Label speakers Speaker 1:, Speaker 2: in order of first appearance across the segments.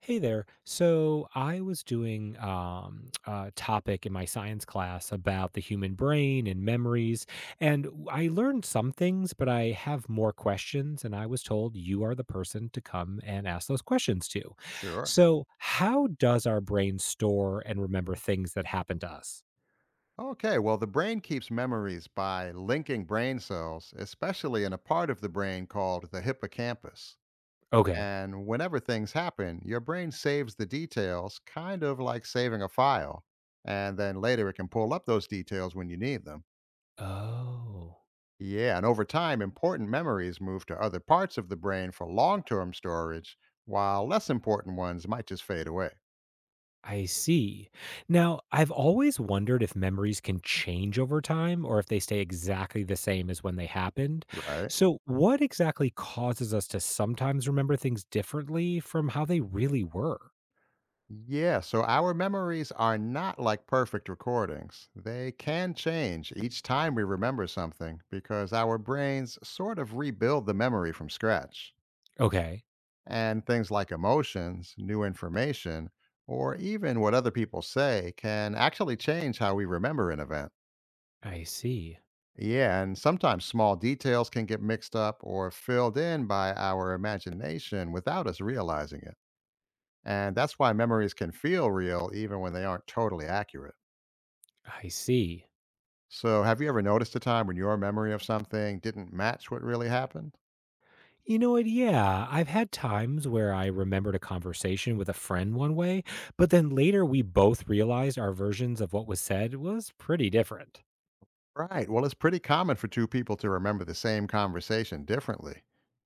Speaker 1: Hey there. So I was doing a topic in my science class about the human brain and memories, and I learned some things, but I have more questions, and I was told you are the person to come and ask those questions to.
Speaker 2: Sure.
Speaker 1: So, how does our brain store and remember things that happen to us?
Speaker 2: Okay, well, the brain keeps memories by linking brain cells, especially in a part of the brain called the hippocampus.
Speaker 1: Okay.
Speaker 2: And whenever things happen, your brain saves the details, kind of like saving a file. And then later it can pull up those details when you need them.
Speaker 1: Oh.
Speaker 2: Yeah, and over time, important memories move to other parts of the brain for long term storage, while less important ones might just fade away,
Speaker 1: I see. Now, I've always wondered if memories can change over time or if they stay exactly the same as when they happened.
Speaker 2: right?
Speaker 1: So, what exactly causes us to sometimes remember things differently from how they really were?
Speaker 2: Yeah, so our memories are not like perfect recordings. They can change each time we remember something because our brains sort of rebuild the memory from scratch.
Speaker 1: Okay.
Speaker 2: And things like emotions, new information, or even what other people say can actually change how we remember an event.
Speaker 1: I see.
Speaker 2: Yeah, and sometimes small details can get mixed up or filled in by our imagination without us realizing it. And that's why memories can feel real even when they aren't totally accurate.
Speaker 1: I see.
Speaker 2: So, have you ever noticed a time when your memory of something didn't match what really happened?
Speaker 1: You know what? Yeah, I've had times where I remembered a conversation with a friend one way, but then later we both realized our versions of what was said was pretty different.
Speaker 2: Right. Well, it's pretty common for two people to remember the same conversation differently.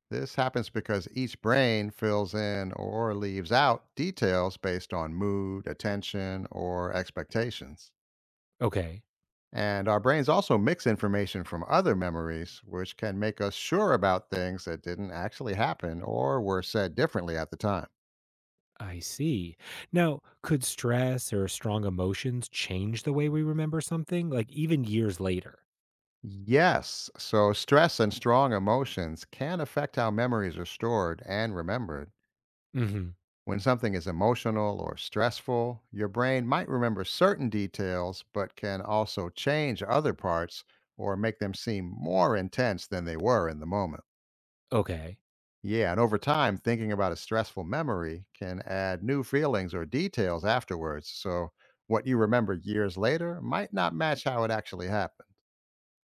Speaker 2: This happens because each brain fills in or leaves out details based on mood, attention, or expectations.
Speaker 1: Okay.
Speaker 2: And our brains also mix information from other memories, which can make us sure about things that didn't actually happen or were said differently at the time.
Speaker 1: I see. Now, could stress or strong emotions change the way we remember something, like even years later?
Speaker 2: Yes, so stress and strong emotions can affect how memories are stored and remembered.
Speaker 1: Hmm.
Speaker 2: When something is emotional or stressful, your brain might remember certain details, but can also change other parts or make them seem more intense than they were in the moment.
Speaker 1: Okay.
Speaker 2: Yeah, and over time, thinking about a stressful memory can add new feelings or details afterwards. So, what you remember years later might not match how it actually happened.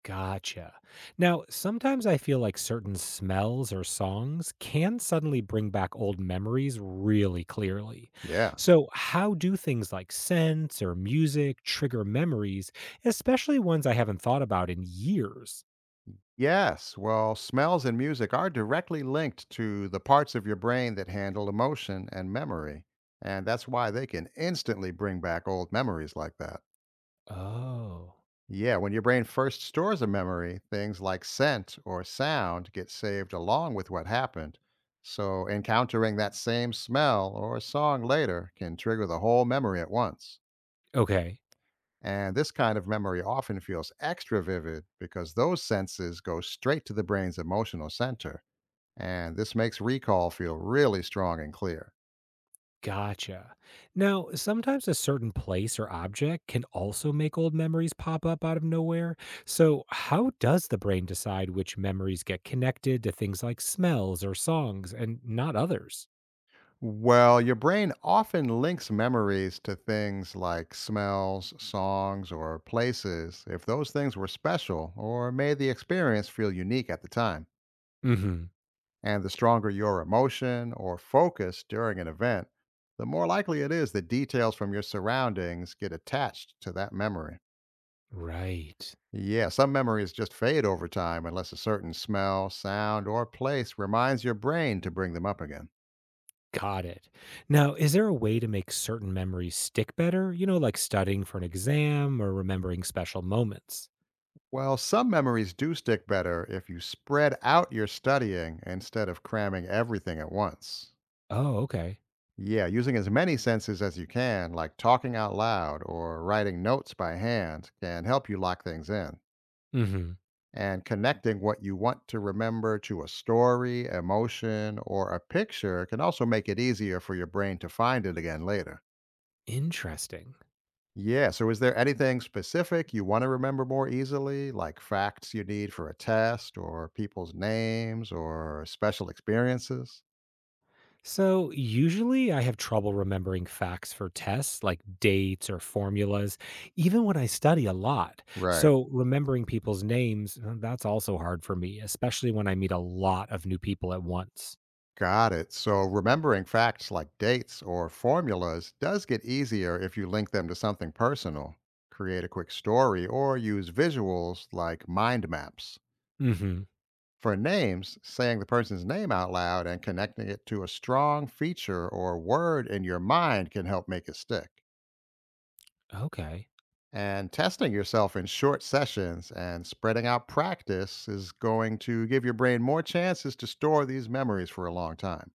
Speaker 1: Gotcha. Now, sometimes I feel like certain smells or songs can suddenly bring back old memories really clearly.
Speaker 2: Yeah.
Speaker 1: So, how do things like scents or music trigger memories, especially ones I haven't thought about in years?
Speaker 2: Yes, well, smells and music are directly linked to the parts of your brain that handle emotion and memory. And that's why they can instantly bring back old memories like that.
Speaker 1: Oh,
Speaker 2: Yeah, when your brain first stores a memory, things like scent or sound get saved along with what happened. So encountering that same smell or song later can trigger the whole memory at once.
Speaker 1: okay.
Speaker 2: And this kind of memory often feels extra vivid because those senses go straight to the brain's emotional center, and this makes recall feel really strong and clear.
Speaker 1: Gotcha. Now, sometimes a certain place or object can also make old memories pop up out of nowhere. So, how does the brain decide which memories get connected to things like smells or songs and not others?
Speaker 2: Well, your brain often links memories to things like smells, songs, or places if those things were special or made the experience feel unique at the time.
Speaker 1: Hmm.
Speaker 2: And the stronger your emotion or focus during an event, the more likely it is that details from your surroundings get attached to that memory.
Speaker 1: Right.
Speaker 2: Yeah, some memories just fade over time unless a certain smell, sound, or place reminds your brain to bring them up again.
Speaker 1: Got it. Now, is there a way to make certain memories stick better? You know, like studying for an exam or remembering special moments?
Speaker 2: Well, some memories do stick better if you spread out your studying instead of cramming everything at once.
Speaker 1: Oh, okay.
Speaker 2: Yeah, using as many senses as you can, like talking out loud or writing notes by hand, can help you lock things in.
Speaker 1: Hmm.
Speaker 2: And connecting what you want to remember to a story, emotion, or a picture can also make it easier for your brain to find it again later.
Speaker 1: Interesting.
Speaker 2: Yeah. So, is there anything specific you want to remember more easily, like facts you need for a test, or people's names, or special experiences?
Speaker 1: So, usually I have trouble remembering facts for tests like dates or formulas, even when I study a lot.
Speaker 2: Right.
Speaker 1: So, remembering people's names, that's also hard for me, especially when I meet a lot of new people at once.
Speaker 2: Got it. So, remembering facts like dates or formulas does get easier if you link them to something personal, create a quick story, or use visuals like mind maps.
Speaker 1: Mhm.
Speaker 2: For names, saying the person's name out loud and connecting it to a strong feature or word in your mind can help make it stick.
Speaker 1: Okay.
Speaker 2: And testing yourself in short sessions and spreading out practice is going to give your brain more chances to store these memories for a long time.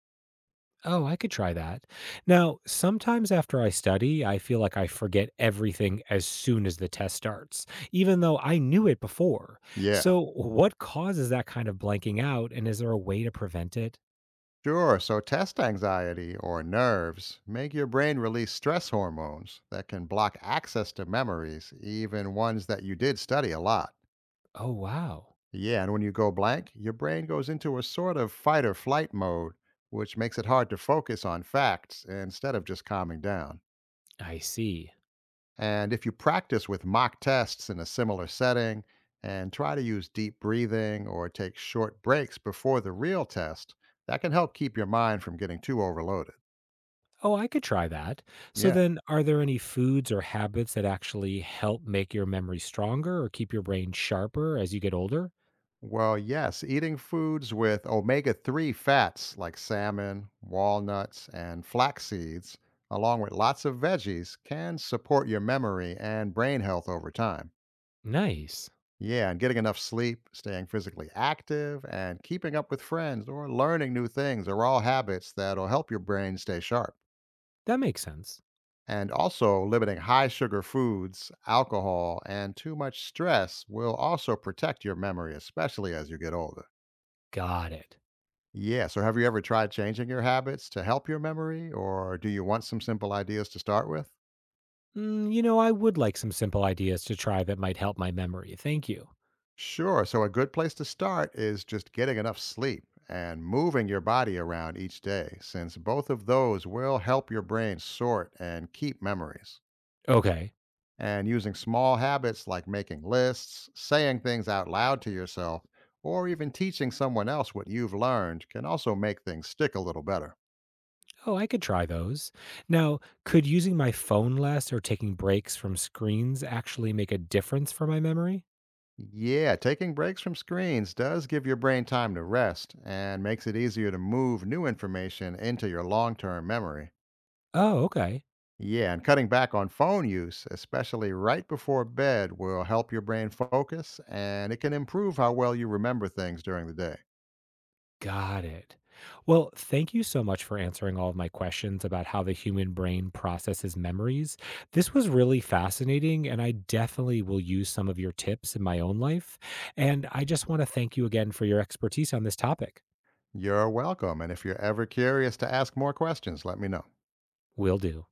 Speaker 1: Oh, I could try that. Now, sometimes after I study, I feel like I forget everything as soon as the test starts, even though I knew it before.
Speaker 2: Yeah,
Speaker 1: So, what causes that kind of blanking out and is there a way to prevent it?
Speaker 2: sure. So, test anxiety or nerves make your brain release stress hormones that can block access to memories, even ones that you did study a lot.
Speaker 1: Oh, wow.
Speaker 2: Yeah, and when you go blank, your brain goes into a sort of fight or flight mode, which makes it hard to focus on facts instead of just calming down.
Speaker 1: I see.
Speaker 2: And if you practice with mock tests in a similar setting and try to use deep breathing or take short breaks before the real test, that can help keep your mind from getting too overloaded.
Speaker 1: Oh, I could try that. So
Speaker 2: Yeah.
Speaker 1: then, are there any foods or habits that actually help make your memory stronger or keep your brain sharper as you get older?
Speaker 2: Well, yes, eating foods with omega 3 fats like salmon, walnuts, and flax seeds, along with lots of veggies, can support your memory and brain health over time.
Speaker 1: Nice.
Speaker 2: Yeah, and getting enough sleep, staying physically active, and keeping up with friends or learning new things are all habits that'll help your brain stay sharp.
Speaker 1: That makes sense.
Speaker 2: And also, limiting high sugar foods, alcohol, and too much stress will also protect your memory, especially as you get older.
Speaker 1: Got it.
Speaker 2: Yeah, so have you ever tried changing your habits to help your memory, or do you want some simple ideas to start with?
Speaker 1: Mm, you know, I would like some simple ideas to try that might help my memory. Thank you.
Speaker 2: Sure. So, a good place to start is just getting enough sleep and moving your body around each day, since both of those will help your brain sort and keep memories.
Speaker 1: Okay.
Speaker 2: And using small habits like making lists, saying things out loud to yourself, or even teaching someone else what you've learned can also make things stick a little better.
Speaker 1: Oh, I could try those. Now, could using my phone less or taking breaks from screens actually make a difference for my memory?
Speaker 2: Yeah, taking breaks from screens does give your brain time to rest and makes it easier to move new information into your long term memory.
Speaker 1: Oh, okay.
Speaker 2: Yeah, and cutting back on phone use, especially right before bed, will help your brain focus and it can improve how well you remember things during the day.
Speaker 1: Got it. Well, thank you so much for answering all of my questions about how the human brain processes memories. This was really fascinating, and I definitely will use some of your tips in my own life. And I just want to thank you again for your expertise on this topic.
Speaker 2: You're welcome. And if you're ever curious to ask more questions, let me know.
Speaker 1: Will do.